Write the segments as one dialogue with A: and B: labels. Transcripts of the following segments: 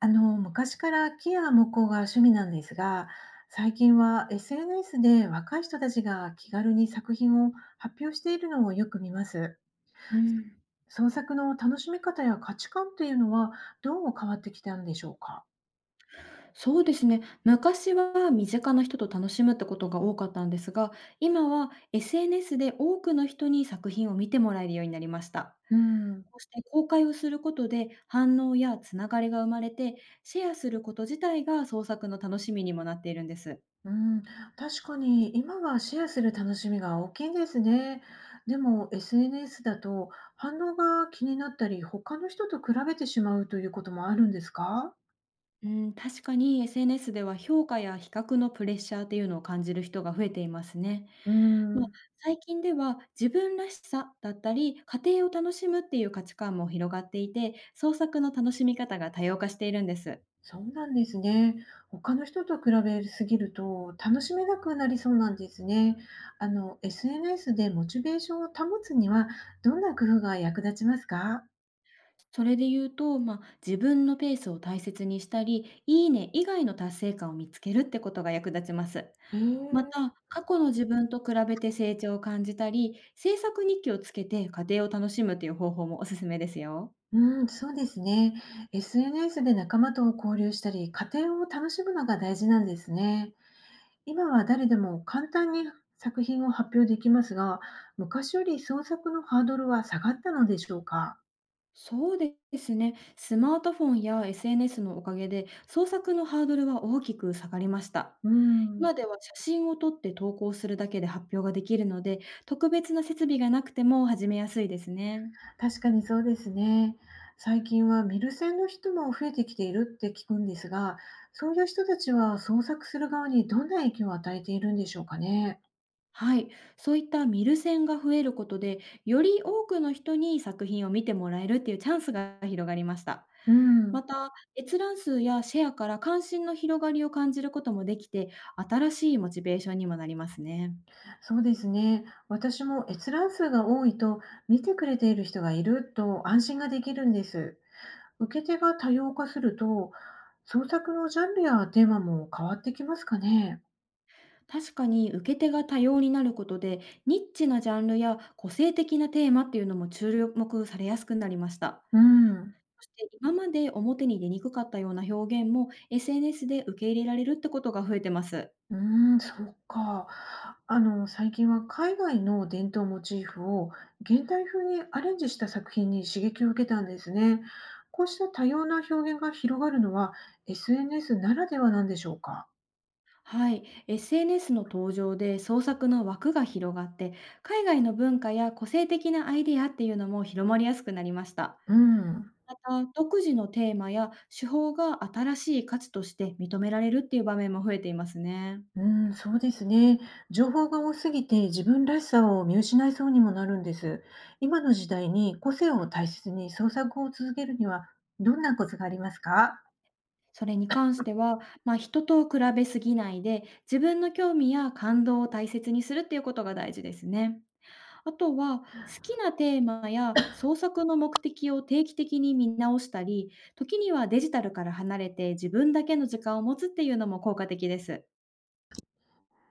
A: 昔から木や木工が趣味なんですが、最近は SNS で若い人たちが気軽に作品を発表しているのをよく見ます。
B: うん、
A: 創作の楽しみ方や価値観というのはどう変わってきたんでしょうか。
B: そうですね。昔は身近な人と楽しむってことが多かったんですが、今は SNS で多くの人に作品を見てもらえるようになりました。
A: うん、
B: こうして公開をすることで反応やつながりが生まれて、シェアすること自体が創作の楽しみにもなっているんです。
A: うん、確かに今はシェアする楽しみが大きいですね。でも SNS だと反応が気になったり、他の人と比べてしまうということもあるんですか。
B: うん、確かに SNS では評価や比較のプレッシャーっていうのを感じる人が増えていますね。
A: う
B: まあ、
A: ん。
B: 最近では自分らしさだったり、家庭を楽しむっていう価値観も広がっていて、創作の楽しみ方が多様化しているんです。
A: そうなんですね。他の人と比べすぎると楽しめなくなりそうなんですね。SNS でモチベーションを保つにはどんな工夫が役立ちますか？
B: それで言うと、まあ、自分のペースを大切にしたり、いいね以外の達成感を見つけるってことが役立ちます。
A: へ
B: ま
A: え。
B: た、過去の自分と比べて成長を感じたり、制作日記をつけて家庭を楽しむという方法もおすすめですよ。
A: うん、そうですね。SNS で仲間と交流したり、家庭を楽しむのが大事なんですね。今は誰でも簡単に作品を発表できますが、昔より創作のハードルは下がったのでしょうか？
B: そうですね。スマートフォンや SNS のおかげで、創作のハードルは大きく下がりました。
A: うん。
B: 今では写真を撮って投稿するだけで発表ができるので、特別な設備がなくても始めやすいですね。
A: 確かにそうですね。最近はミル専の人も増えてきているって聞くんですが、そういう人たちは創作する側にどんな影響を与えているんでしょうかね。
B: はい。そういった見る線が増えることで、より多くの人に作品を見てもらえるっていうチャンスが広がりました。
A: う
B: ま
A: ん、
B: た、閲覧数やシェアから関心の広がりを感じることもできて、新しいモチベーションにもなりますね。
A: そうですね。私も閲覧数が多いと見てくれている人がいると安心ができるんです。受け手が多様化すると創作のジャンルやテーマも変わってきますかね。
B: 確かに受け手が多様になることで、ニッチなジャンルや個性的なテーマっていうのも注目されやすくなりました。
A: うん。
B: そして今まで表に出にくかったような表現も SNS で受け入れられるってことが増えてます。
A: うーん、そっか。最近は海外の伝統モチーフを現代風にアレンジした作品に刺激を受けたんですね。こうした多様な表現が広がるのは SNS ならではなんでしょうか。
B: はい、SNS の登場で創作の枠が広がって、海外の文化や個性的なアイデアっていうのも広まりやすくなりました。
A: うん。
B: また、独自のテーマや手法が新しい価値として認められるっていう場面も増えていますね。
A: うん、そうですね。情報が多すぎて自分らしさを見失いそうにもなるんです。今の時代に個性を大切に創作を続けるにはどんなコツがありますか？
B: それに関しては、まあ、人と比べすぎないで、自分の興味や感動を大切にするっていうことが大事ですね。あとは、好きなテーマや創作の目的を定期的に見直したり、時にはデジタルから離れて自分だけの時間を持つっていうのも効果的です。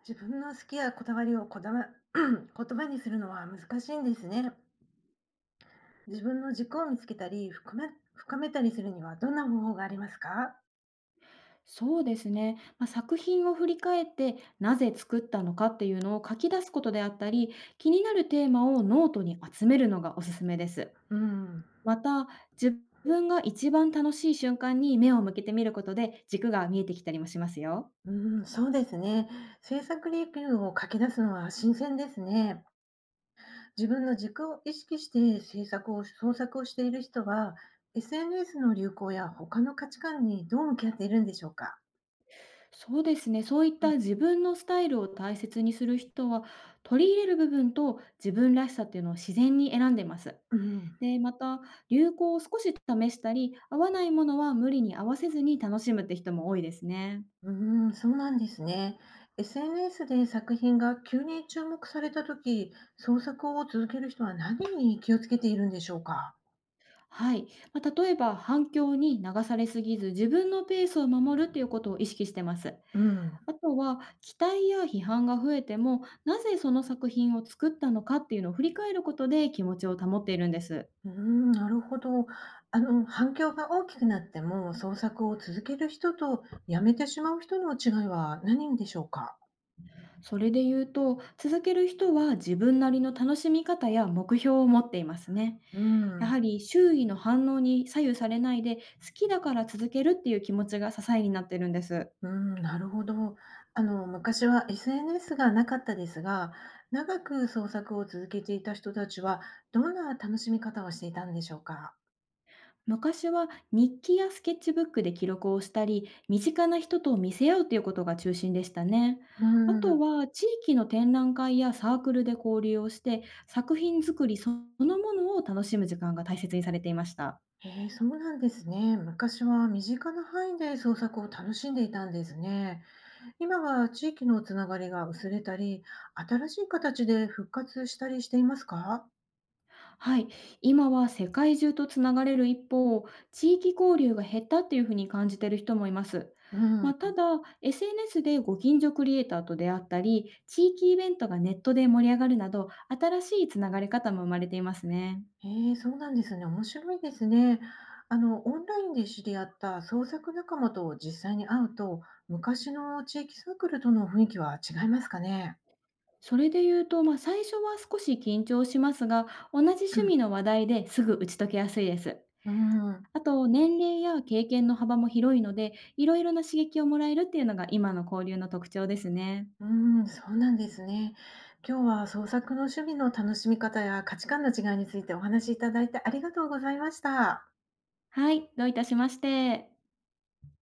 A: 自分の好きやこだわりをこだま 言葉にするのは難しいんですね。自分の軸を見つけたり深めたりするにはどんな方法がありますか？
B: そうですね、まあ、作品を振り返ってなぜ作ったのかっていうのを書き出すことであったり、気になるテーマをノートに集めるのがおすすめです。
A: うん、
B: また、自分が一番楽しい瞬間に目を向けてみることで、軸が見えてきたりもしますよ。
A: うん、そうですね。制作理由を書き出すのは新鮮ですね。自分の軸を意識して制作を創作をしている人は SNS の流行や他の価値観にどう向き合っているんでしょうか。
B: そうですね。そういった
A: う
B: 自分のスタイルを大切にする人は、取り入れる部分と自分らしさっていうのを自然に選んでます。
A: んうん
B: で、また、流行を少し試したり、合わないものは無理に合わせずに楽しむって人も多いですね。
A: うーん、そうなんですね。SNS で作品が急に注目されたとき、創作を続ける人は何に気をつけているんでしょうか。
B: はい。まあ、例えば、反響に流されすぎず、自分のペースを守るということを意識してます。
A: うん。
B: あとは、期待や批判が増えても、なぜその作品を作ったのかっていうのを振り返ることで気持ちを保っているんです。
A: うーん、なるほど。反響が大きくなっても、創作を続ける人とやめてしまう人の違いは何でしょうか。
B: それで言うと、続ける人は自分なりの楽しみ方や目標を持っていますね。
A: う
B: や
A: ん。
B: はり周囲の反応に左右されないで、好きだから続けるっていう気持ちが支えになってるんです。
A: うん、なるほど。昔は SNS がなかったですが、長く創作を続けていた人たちは、どんな楽しみ方をしていたんでしょうか。
B: 昔は日記やスケッチブックで記録をしたり、身近な人と見せ合うということが中心でしたね。
A: う
B: あと
A: ん
B: は地域の展覧会やサークルで交流をして、作品作りそのものを楽しむ時間が大切にされていました。
A: へえ、そうなんですね。昔は身近な範囲で創作を楽しんでいたんですね。今は地域のつながりが薄れたり、新しい形で復活したりしていますか？
B: はい、今は世界中とつながれる一方、地域交流が減ったっていうふうに感じてる人もいます。
A: う
B: まあ、た
A: ん。
B: だ、SNS でご近所クリエイターと出会ったり、地域イベントがネットで盛り上がるなど、新しいつながり方も生まれていますね。
A: へえ、そうなんですね。面白いですね。オンラインで知り合った創作仲間と実際に会うと、昔の地域サークルとの雰囲気は違いますかね。
B: それで言うと、まあ、最初は少し緊張しますが、同じ
A: う
B: 趣
A: ん。
B: 味の話題ですぐ打ち解けやすいです。
A: うん
B: あと、年齢や経験の幅も広いので、いろいろな刺激をもらえるっていうのが今の交流の特徴ですね。
A: うーん、そうなんですね。今日は創作の趣味の楽しみ方や価値観の違いについてお話しいただいてありがとうございました。
B: はい、どういたしまして。